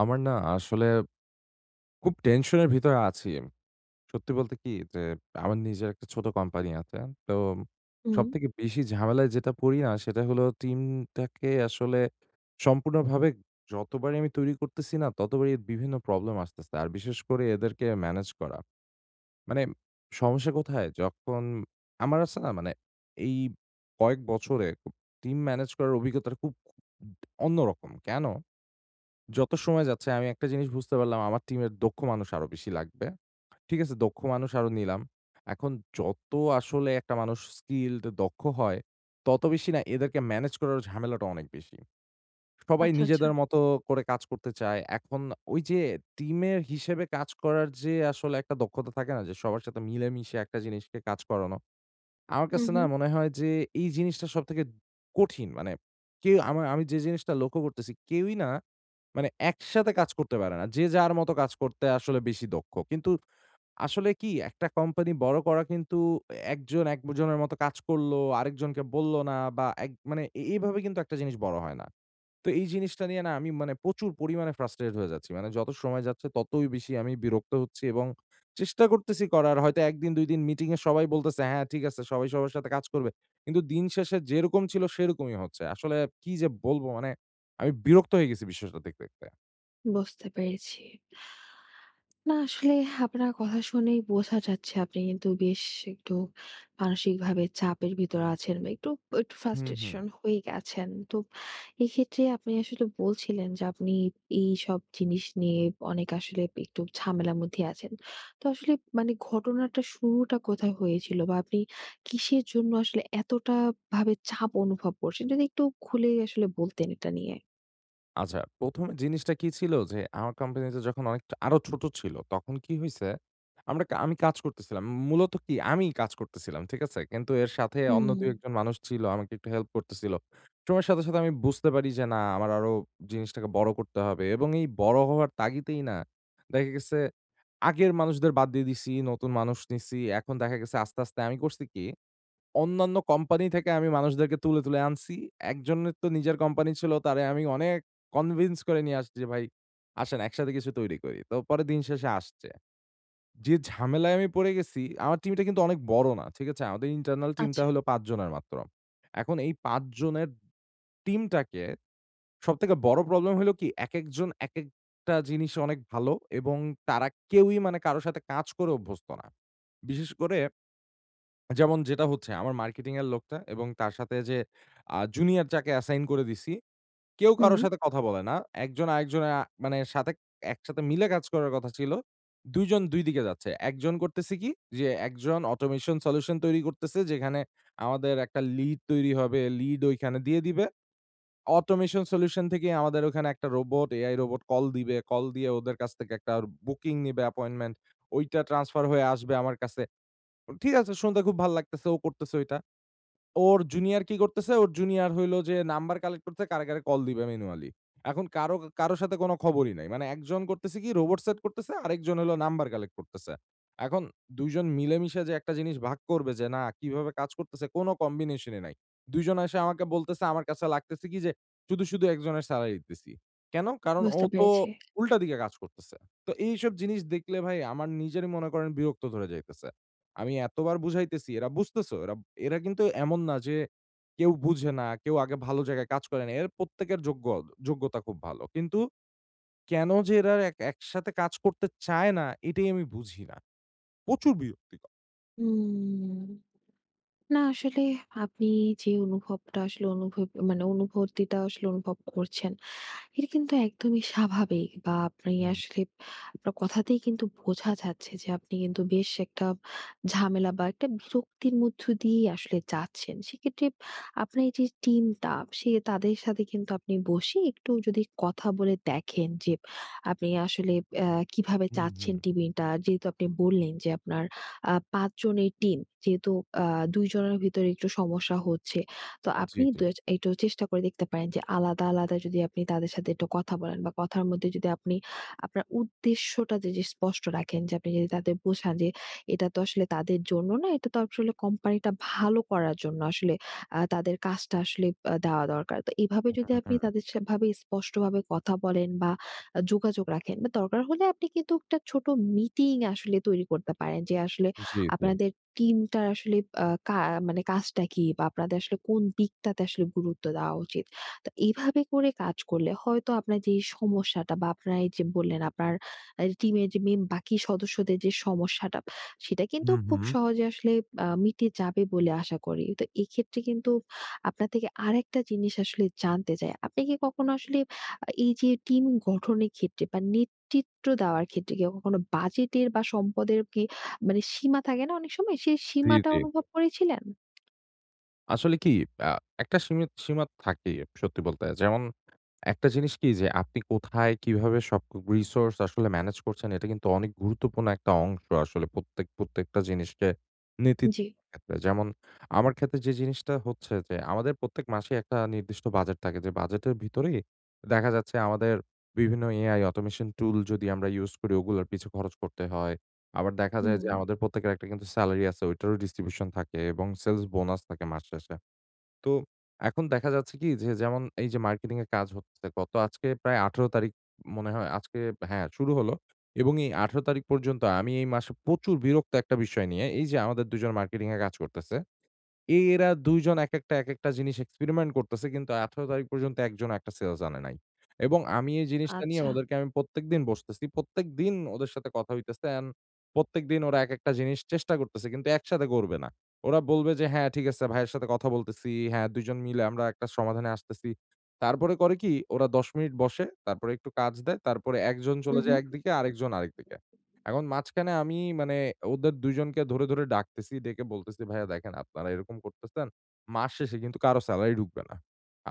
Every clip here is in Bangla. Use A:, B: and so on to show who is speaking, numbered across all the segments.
A: আমার না আসলে খুব টেনশনের ভিতরে আছি। সত্যি বলতে কি যে আমার নিজের একটা ছোট কোম্পানি আছে। তো
B: হুম।
A: সবথেকে বেশি ঝামেলায় যেটা পড়ি না সেটা হলো টিমটাকে আসলে সম্পূর্ণভাবে যতবারই আমি তৈরি করতেছি না ততবারই বিভিন্ন প্রবলেম আসতেছে। আর বিশেষ করে এদেরকে ম্যানেজ করা। মানে সমস্যা কোথায়? যখন আমার আছে না মানে এই কয়েক বছরে টিম ম্যানেজ করার অভিজ্ঞতাটা খুব অন্যরকম। কেন? যত সময় যাচ্ছে আমি একটা জিনিস বুঝতে পারলাম আমার টিমের দক্ষ মানুষ আরো বেশি লাগবে। ঠিক আছে? দক্ষ মানুষ আরো নিলাম। এখন যত আসলে একটা মানুষ স্কিলড দক্ষ হয়, তত বেশি না এদেরকে ম্যানেজ করার ঝামেলাটা অনেক বেশি। সবাই
B: আচ্ছা, আচ্ছা।
A: নিজেদের মতো করে কাজ করতে চায়। এখন ওই যে টিমের হিসেবে কাজ করার যে আসলে একটা দক্ষতা থাকে না যে সবার সাথে মিলেমিশে একটা জিনিসকে কাজ করানো। আমার
B: হুম,
A: কাছে না
B: হুম।
A: মনে হয় যে এই জিনিসটা সবথেকে কঠিন। মানে কেউ আমা আমি যে জিনিসটা লক্ষ্য করতেছি কেউই না মানে একসাথে কাজ করতে পারে না। যে যার মতো কাজ করতে আসলে বেশি দক্ষ। কিন্তু আসলে কি একটা কোম্পানি বড় করা কিন্তু একজন একজনের মতো কাজ করলো, আরেকজনকে বলল না বা এক মানে এভাবে কিন্তু একটা জিনিস বড় হয় না। তো এই জিনিসটা নিয়ে না আমি মানে প্রচুর পরিমাণে ফ্রাস্ট্রেটেড হয়ে যাচ্ছি। মানে যত সময় যাচ্ছে ততই বেশি আমি বিরক্ত হচ্ছি এবং চেষ্টা করতেছি করার। হয়তো ১ দিন ২ দিন মিটিং এ সবাই বলতেছে, "হ্যাঁ, ঠিক আছে সবাই সবার সাথে কাজ করবে।" কিন্তু দিন শেষে যেরকম ছিল সেরকমই হচ্ছে। আসলে কি যে বলব মানে আমি বিরক্ত হয়ে গেছি বিষয়টা দেখতে, দেখতে।
B: বুঝতে পেরেছি। না আসলে আপনার কথা শুনেই বোঝা যাচ্ছে আপনি কিন্তু বেশ একটু মানসিকভাবে চাপের ভিতরে আছেন বা একটু
A: হুম, হুম।
B: frustration হয়ে গেছেন। তো এক্ষেত্রে আপনি আসলে বলছিলেন যে আপনি এইসব জিনিস নিয়ে অনেক আসলে একটু ঝামেলার মধ্যে আছেন। তো আসলে মানে ঘটনাটা শুরুটা কোথায় হয়েছিল? বা আপনি কিসের জন্য আসলে এতটা ভাবে চাপ অনুভব করছেন? যদি একটু খুলে আসলে বলতেন এটা নিয়ে।
A: আচ্ছা ১ম এ জিনিসটা কি ছিল যে আমার কোম্পানিটা যখন অনেকটা আরো ছোট ছিল তখন কি হইছে, আমরা কা আমি কাজ করতেছিলাম। মূলত কি আমিই কাজ করতেছিলাম। ঠিক আছে? কিন্তু এর সাথে অন্য
B: হুম।
A: ২-১ জন মানুষ ছিল আমাকে একটু হেল্প করতেছিল। সময়ের সাথে, সাথে আমি বুঝতে পারি যে না আমার আরো জিনিসটাকে বড় করতে হবে এবং এই বড় হওয়ার তাগিদেই না দেখা গেছে আগের মানুষদের বাদ দিয়ে দিছি, নতুন মানুষ নিছি। এখন দেখা গেছে আস্তে, আস্তে আমি করছি কি অন্যান্য কোম্পানি থেকে আমি মানুষদেরকে তুলে, তুলে আনছি। একজনের তো নিজের কোম্পানি ছিল, তারে আমি অনেক কনভিন্স করে নিয়ে আসছি যে, "ভাই আসেন একসাথে কিছু তৈরি করি।" তো পরে দিন শেষে আসছে। যে ঝামেলায় আমি পড়ে গেছি, আমার টিমটা কিন্তু অনেক বড় না। ঠিক আছে? আমাদের ইন্টারনাল টিমটা
B: আচ্ছা।
A: হলো ৫ জনের মাত্র। এখন এই ৫ জনের টিমটাকে সবথেকে বড় প্রবলেম হলো কি, একেকজন একেকটা জিনিসে অনেক ভালো এবং তারা কেউই মানে কারো সাথে কাজ করে অভ্যস্ত না। বিশেষ করে যেমন যেটা হচ্ছে আমার মার্কেটিং এর লোকটা এবং তার সাথে যে জুনিয়র যাকে অ্যাসাইন করে দিছি, কেউ কারো
B: হুম,
A: সাথে কথা বলে না। একজন আরেকজনের মানে সাথে একসাথে মিলে কাজ করার কথা ছিল। ২ জন ২ দিকে যাচ্ছে। একজন করতেছে কি? যে একজন অটোমেশন সলিউশন তৈরি করতেছে যেখানে আমাদের একটা লিড তৈরি হবে। লিড ঐখানে দিয়ে দিবে। অটোমেশন সলিউশন থেকেই আমাদের ওখানে একটা রোবট, এআই রোবট কল দিবে। কল দিয়ে ওদের কাছ থেকে একটা বুকিং নিবে অ্যাপয়েন্টমেন্ট। ঐটা ট্রান্সফার হয়ে আসবে আমার কাছে। ঠিক আছে শুনতে খুব ভাল লাগতেছে। ও করতেছে ঐটা। ওর জুনিয়র কি করতেছে? ওর জুনিয়র হইলো যে নাম্বার কালেক্ট করতেছে, কারে, কারে কল দিবে ম্যানুয়ালি। এখন কারো, কারো সাথে কোনো খবরই নাই। মানে একজন করতেছে কি রোবট সেট করতেছে, আরেকজন হলো নাম্বার কালেক্ট করতেছে। এখন ২ জন মিলেমিশে যে একটা জিনিস ভাগ করবে যে না কিভাবে কাজ করতেছে কোনো কম্বিনেশন ই নাই। ২ জন এসে আমাকে বলতেছে আমার কাছে লাগতেছে কি যে শুধু, শুধু একজনের সেলারি দিতেছি। কেন? কারণ ও
B: বুঝতে
A: তো
B: পেরেছি।
A: উল্টা দিকে কাজ করতেছে। তো এইসব জিনিস দেখলে ভাই আমার নিজেরই মনে করেন বিরক্ত ধরে যাইতেছে। আমি এতবার বুঝাইতেছি, এরা বুঝতেছেও। এরা এরা কিন্তু এমন না যে কেউ বুঝে না, কেউ আগে ভালো জায়গায় কাজ করে না। এর প্রত্যেকের যোগ্যতা খুব ভালো। কিন্তু কেন যে এরা একসাথে কাজ করতে চায় না, এটাই আমি বুঝি না। প্রচুর বিরক্তিকর।
B: উম না আসলে আপনি যে অনুভবটা আসলে অনুভব মানে অনুভূতিটা আসলে অনুভব করছেন, এটা কিন্তু একদমই স্বাভাবিক। বা আপনি
A: হুম,
B: আসলে, আপনার কথাতেই কিন্তু বোঝা যাচ্ছে যে আপনি কিন্তু বেশ একটা ঝামেলা বা একটা বিরক্তির মধ্য দিয়ে আসলে যাচ্ছেন। সেক্ষেত্রে আপনার এই যে টিমটা সে তাদের সাথে কিন্তু আপনি বসে একটু যদি কথা বলে দেখেন যে আপনি আসলে আ কিভাবে
A: হুম, হুম।
B: চাচ্ছেন টিমটা। যেহেতু আপনি বললেন যে আপনার ৫ জনের টিম। যেহেতু আ ২ জনের ভিতরে একটু সমস্যা হচ্ছে। তো
A: জি,
B: আপনি
A: জি।
B: একটু চেষ্টা করে দেখতে পারেন যে আলাদা, আলাদা যদি আপনি তাদের সাথে একটু কথা বলেন বা কথার মধ্যে যদি আপনি আপনার উদ্দেশ্যটা যে স্পষ্ট রাখেন, যে আপনি যদি তাদের বোঝান যে এটা তো আসলে তাদের জন্য না, এটা তো আসলে কোম্পানিটা ভালো করার জন্য আসলে তাদের কাজটা আসলে দেওয়া দরকার। তো এভাবে যদি
A: হুম,
B: আপনি
A: হুম।
B: তাদের ভাবে স্পষ্টভাবে কথা বলেন বা যোগাযোগ রাখেন, বা দরকার হলে আপনি কিন্তু একটা ছোট মিটিং আসলে তৈরি করতে পারেন যে আসলে
A: জি, জি।
B: আপনাদের টিমটার আসলে আ কা মানে কাজটা কি? বা আপনাদের আসলে কোন দিকটাতে আসলে গুরুত্ব দেওয়া উচিত? তো এভাবে করে কাজ করলে হয়তো আপনার যে সমস্যাটা, বা আপনার এই যে বললেন আপনার টিমের যে বাকি সদস্যদের যে সমস্যাটা, সেটা কিন্তু
A: হুম,
B: খুব
A: হুম।
B: সহজে আসলে মিটে যাবে বলে আশা করি। তো এক্ষেত্রে কিন্তু আপনার থেকে আরেকটা জিনিস আসলে জানতে চাই। আপনি কি কখনো আসলে এই যে টিম গঠনের ক্ষেত্রে বা নেতৃত্ব দেওয়ার ক্ষেত্রে, কি কখনো বাজেটের বা সম্পদের কি মানে সীমা থাকে না অনেক সময়? সেই
A: জি,
B: সীমাটা
A: জি।
B: অনুভব করেছিলেন?
A: আসলে কি আ একটা সীমিত সীমা থাকেই সত্যি বলতে। যেমন একটা জিনিস কি যে আপনি কোথায় কিভাবে সব রিসোর্স আসলে ম্যানেজ করছেন এটা কিন্তু অনেক গুরুত্বপূর্ণ একটা অংশ আসলে প্রত্যেকটা জিনিসকে নীতি
B: জি।
A: দেওয়ার ক্ষেত্রে। যেমন আমার ক্ষেত্রে যে জিনিসটা হচ্ছে যে আমাদের প্রত্যেক মাসে একটা নির্দিষ্ট বাজেট থাকে যে বাজেটের ভিতরেই দেখা যাচ্ছে আমাদের বিভিন্ন AI অটোমেশন টুল যদি আমরা ইউজ করি ওগুলোর পিছু খরচ করতে হয়। আবার দেখা যায়
B: হুম।
A: যে আমাদের প্রত্যেকের একটা কিন্তু স্যালারি আছে, ওইটারও ডিস্ট্রিবিউশন থাকে এবং সেলস বোনাস থাকে মাস শেষে। তো এখন দেখা যাচ্ছে কি যে যেমন এই যে মার্কেটিং এর কাজ হচ্ছে গত আজকে প্রায় ১৮ তারিখ মনে হয় আজকে হ্যাঁ, শুরু হলো এবং এই ১৮ তারিখ পর্যন্ত আমি এই মাসে প্রচুর বিরক্ত একটা বিষয় নিয়ে এই যে আমাদের ২ জন মার্কেটিং এ কাজ করতেছে এরা ২ জন একেকটা একেকটা জিনিস এক্সপেরিমেন্ট করতেছে কিন্তু ১৮ তারিখ পর্যন্ত একজনও একটা সেলস আনে নাই। এবং আমি এই জিনিসটা নিয়ে
B: আচ্ছা।
A: ওদেরকে আমি প্রত্যেকদিন বসতেছি। প্রত্যেকদিন ওদের সাথে কথা হইতেছে অ্যান্ড প্রত্যেকদিন ওরা একেকটা জিনিস চেষ্টা করতেছে কিন্তু একসাথে করবে না। ওরা বলবে যে, "হ্যাঁ, ঠিক আছে ভাইয়ের সাথে কথা বলতেছি। হ্যাঁ, ২ জন মিলে আমরা একটা সমাধানে আসতেছি।" তারপরে করে কি ওরা ১০ মিনিট বসে, তারপরে একটু কাজ দেয়। তারপরে একজন
B: হু,
A: চলে
B: হু।
A: যায় একদিকে, আরেকজন আরেকদিকে। এখন মাঝখানে আমি মানে ওদের ২ জনকে ধরে, ধরে ডাকতেছি, ডেকে বলতেছি, "ভাইয়া দেখেন আপনারা এরকম করতেছেন। মাস শেষে কিন্তু কারো সেলারি ঢুকবে না।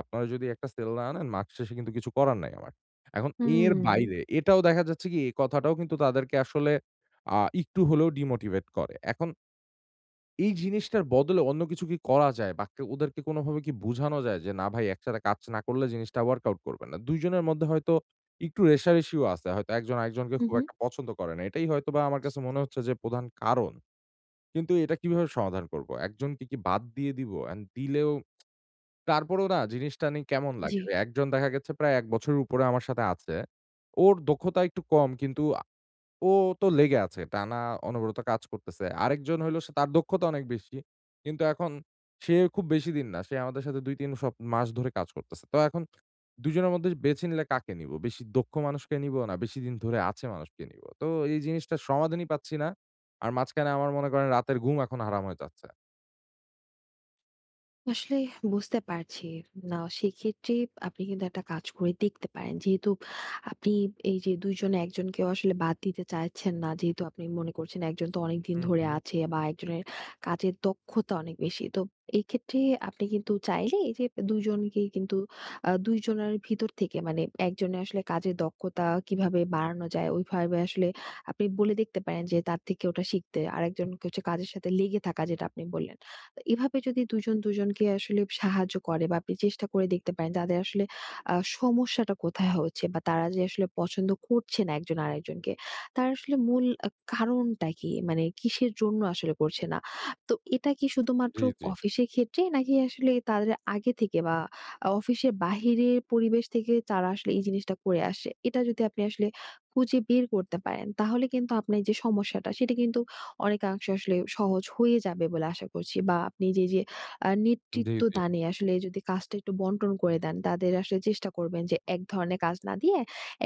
A: আপনারা যদি একটা সেল না আনেন, মাস শেষে কিন্তু কিছু করার নাই আমার।" এখন এর
B: হুম।
A: বাইরে এটাও দেখা যাচ্ছে কি, এই কথাটাও কিন্তু তাদেরকে আসলে একটু হলেও ডিমোটিভেট করে। এখন এই জিনিসটার বদলে অন্য কিছু কি করা যায়? বা কে ওদেরকে কোনভাবে কি বুঝানো যায় যে, "না ভাই একসাথে কাজ না করলে জিনিসটা ওয়ার্কআউট করবে না।" ২ জনের মধ্যে হয়তো একটু রেষারেষিও আছে। হয়তো একজন আরেকজনকে
B: হু,
A: খুব
B: হু।
A: একটা পছন্দ করে না। এটাই হয়তোবা আমার কাছে মনে হচ্ছে যে প্রধান কারণ। কিন্তু এটা কিভাবে সমাধান করব? একজনকে কি বাদ দিয়ে দিব? অ্যান্ড দিলেও তারপরেও না জিনিসটা নিয়ে কেমন লাগে?
B: জি।
A: যে একজন দেখা গেছে প্রায় ১ বছরের উপরে আমার সাথে আছে। ওর দক্ষতা একটু কম কিন্তু ও তো লেগে আছে। টানা অনবরত কাজ করতেছে। আরেকজন হইলো সে তার দক্ষতা অনেক বেশি। কিন্তু এখন সে খুব বেশি দিন না। সে আমাদের সাথে ২-৩ মাস ধরে কাজ করতেছে। তো এখন ২ জনের মধ্যে বেছে নিলে কাকে নিব? বেশি দক্ষ মানুষকে নিব না বেশি দিন ধরে আছে মানুষকে নিব? তো এই জিনিসটার সমাধানই পাচ্ছি না। আর মাঝখানে আমার মনে করেন রাতের ঘুম এখন হারাম হয়ে যাচ্ছে।
B: আসলে বুঝতে পারছি। না সেক্ষেত্রে আপনি কিন্তু একটা কাজ করে দেখতে পারেন। যেহেতু আপনি এই যে ২ জনে একজনকেও আসলে বাদ দিতে চাইছেন না। যেহেতু আপনি মনে করছেন একজন তো অনেকদিন
A: হুম,
B: ধরে
A: হুম।
B: আছে বা একজনের কাজের দক্ষতা অনেক বেশি। তো এই ক্ষেত্রে আপনি কিন্তু চাইলে এই যে ২ জনকেই কিন্তু, ২ জনের ভিতর থেকে মানে একজনের আসলে কাজের দক্ষতা কিভাবে বাড়ানো যায় ওইভাবে আসলে আপনি বলে দেখতে পারেন, যে তার থেকে ওটা শিখতে। আরেকজনকে হচ্ছে কাজের সাথে লেগে থাকা, যেটা আপনি বললেন। তো এভাবে যদি দুজন দুজনকে আসলে সাহায্য করে, বা আপনি চেষ্টা করে দেখতে পারেন তাদের আসলে সমস্যাটা কোথায় হচ্ছে, বা তারা যে আসলে পছন্দ করছে না একজন আরেকজনকে। তার আসলে মূল কারণটা কি? মানে কিসের জন্য আসলে করছে না? তো এটা কি শুধুমাত্র
A: জি, জি।
B: অফিসের ক্ষেত্রে, নাকি আসলে তাদের আগে থেকে বা অফিসের বাহিরের পরিবেশ থেকে তারা আসলে এই জিনিসটা করে আসে। এটা যদি আপনি আসলে খুঁজে বের করতে পারেন, তাহলে কিন্তু আপনার যে সমস্যাটা সেটা কিন্তু অনেকাংশে আসলে সহজ হয়ে যাবে বলে আশা করছি। বা আপনি যে
A: জি,
B: নেতৃত্ব
A: জি।
B: দানে আসলে যদি কাজটা একটু বন্টন করে দেন, তাদের আসলে চেষ্টা করবেন যে এক ধরনের কাজ না দিয়ে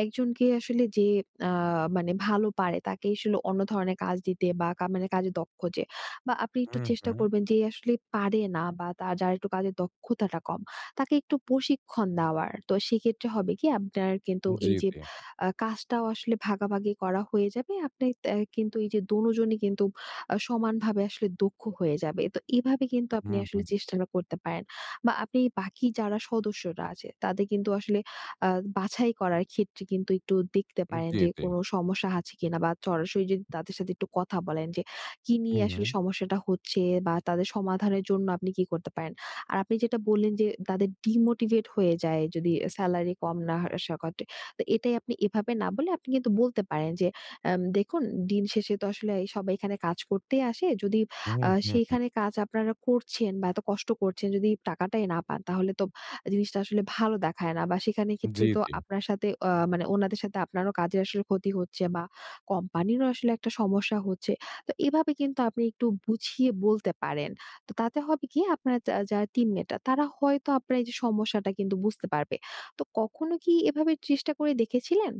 B: একজনকে আসলে যে আ মানে ভালো পারে তাকে আসলে অন্য ধরনের কাজ দিতে, বা মানে কাজে দক্ষ যে। বা আপনি একটু
A: হুম,
B: চেষ্টা
A: হুম।
B: করবেন যে আসলে পারে না বা তার, যার একটু কাজের দক্ষতাটা কম, তাকে একটু প্রশিক্ষণ দেওয়ার। তো সেক্ষেত্রে হবে কি, আপনার কিন্তু
A: জি,
B: এই যে
A: জি।
B: কাজটাও আসলে ভাগাভাগি করা হয়ে যাবে। আপনি কিন্তু এই যে দোনোজনই কিন্তু সমানভাবে আসলে দক্ষ হয়ে যাবে। তো এভাবে কিন্তু আপনি
A: হুম,
B: আসলে
A: হুম।
B: চেষ্টাটা করতে পারেন। বা আপনি বাকি যারা সদস্যরা আছে তাদের কিন্তু আসলে আ বাছাই করার ক্ষেত্রে কিন্তু একটু দেখতে পারেন
A: জি,
B: যে
A: জি।
B: কোনো সমস্যা আছে কিনা, বা সরাসরি যদি তাদের সাথে একটু কথা বলেন যে কি নিয়ে
A: হুম,
B: আসলে
A: হুম।
B: সমস্যাটা হচ্ছে, বা তাদের সমাধানের জন্য আপনি কি করতে পারেন। আর আপনি যেটা বললেন যে তাদের ডিমোটিভেট হয়ে যায় যদি সেলারি কম না আসার কথা। তো এটাই আপনি এভাবে না বলে আপনি কিন্তু বলতে পারেন যে, "দেখুন, দিন শেষে তো আসলে এই সবাই এখানে কাজ করতেই আসে। যদি
A: হুম, হুম, হুম।
B: সেইখানে কাজ আপনারা করছেন বা এত কষ্ট করছেন, যদি টাকাটাই না পান তাহলে তো জিনিসটা আসলে ভালো দেখায় না, বা সেখানে ক্ষেত্রে
A: জি,
B: তো
A: জি।
B: আপনার সাথে মানে ওনাদের সাথে আপনারও কাজের আসলে ক্ষতি হচ্ছে বা কোম্পানিরও আসলে একটা সমস্যা হচ্ছে।" তো এভাবে কিন্তু আপনি একটু বুঝিয়ে বলতে পারেন। তো তাতে হবে কি, আপনার যারা টিমমেটরা তারা হয়তো আপনার এই যে সমস্যাটা কিন্তু বুঝতে পারবে। তো কখনো কি এভাবে চেষ্টা করে দেখেছিলেন?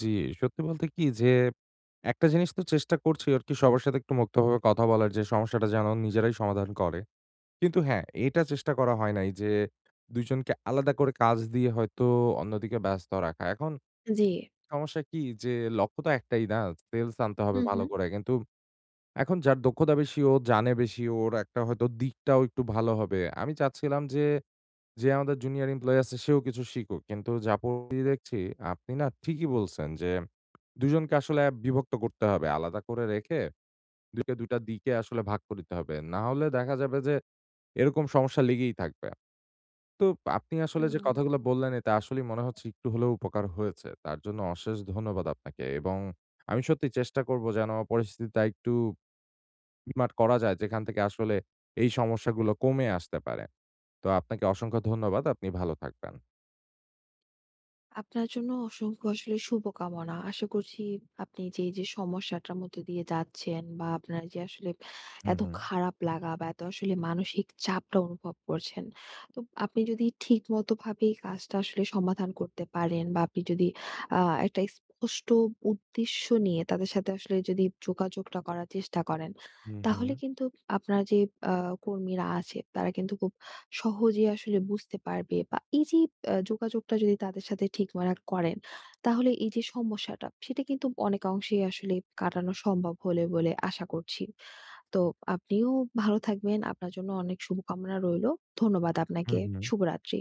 A: জি, সত্যি বলতে কি যে, একটা জিনিস তো চেষ্টা করছি আরকি সবার সাথে একটু মুক্তভাবে কথা বলার যে সমস্যাটা যেন নিজেরাই সমাধান করে। কিন্তু হ্যাঁ, এটা চেষ্টা করা হয় নাই যে ২ জনকে আলাদা করে কাজ দিয়ে হয়তো অন্যদিকে ব্যস্ত রাখা। এখন
B: জি।
A: সমস্যা কি যে লক্ষ্য তো একটাই না, সেলস আনতে হবে
B: হু, হু।
A: ভালো করে। কিন্তু এখন যার দক্ষতা বেশি ও জানে বেশি, ওর একটা হয়তো দিকটাও একটু ভালো হবে। আমি চাচ্ছিলাম যে যে আমাদের জুনিয়র এমপ্লয়ি আছে সেও কিছু শিখুক। কিন্তু যা পড়ি দেখছি আপনি না ঠিকই বলছেন যে ২ জনকে আসলে বিভক্ত করতে হবে। আলাদা করে রেখে ২ কে ২ টা দিকে আসলে ভাগ করতে হবে। না হলে দেখা যাবে যে এরকম সমস্যা লেগেই থাকবে। তো আপনি আসলে যে
B: হুম।
A: কথাগুলো বললেন এতে আসলেই মনে হচ্ছে একটু হলেও উপকার হয়েছে। তার জন্য অশেষ ধন্যবাদ আপনাকে। এবং আমি সত্যি চেষ্টা করব যেন পরিস্থিতিটা একটু মিটমাট করা যায় যেখান থেকে আসলে এই সমস্যাগুলো কমে আসতে পারে। তো আপনাকে অসংখ্য ধন্যবাদ। আপনি ভালো থাকবেন।
B: আপনার জন্য অসংখ্য আসলে শুভকামনা। আশা করছি আপনি যে সমস্যাটার মধ্যে দিয়ে যাচ্ছেন, বা আপনার যে আসলে
A: হুম,
B: এত
A: হুম।
B: খারাপ লাগা বা এত আসলে মানসিক চাপটা অনুভব করছেন। তো আপনি যদি ঠিকমতোভাবে এই কাজটা আসলে সমাধান করতে পারেন, বা আপনি যদি আ একটা স্পষ্ট উদ্দেশ্য নিয়ে তাদের সাথে আসলে যদি যোগাযোগটা করার চেষ্টা করেন,
A: হু, হু।
B: তাহলে কিন্তু আপনার যে আ কর্মীরা আছে তারা কিন্তু খুব সহজে আসলে বুঝতে পারবে, বা এই যে যোগাযোগটা যদি তাদের সাথে ঠিক মারাক করেন, তাহলে এই যে সমস্যাটা সেটা কিন্তু অনেক অংশেই আসলে কাটানো সম্ভব হলে বলে আশা করছি। তো আপনিও ভালো থাকবেন। আপনার জন্য অনেক শুভকামনা রইলো। ধন্যবাদ
A: হু,
B: আপনাকে।
A: হু।
B: শুভরাত্রি।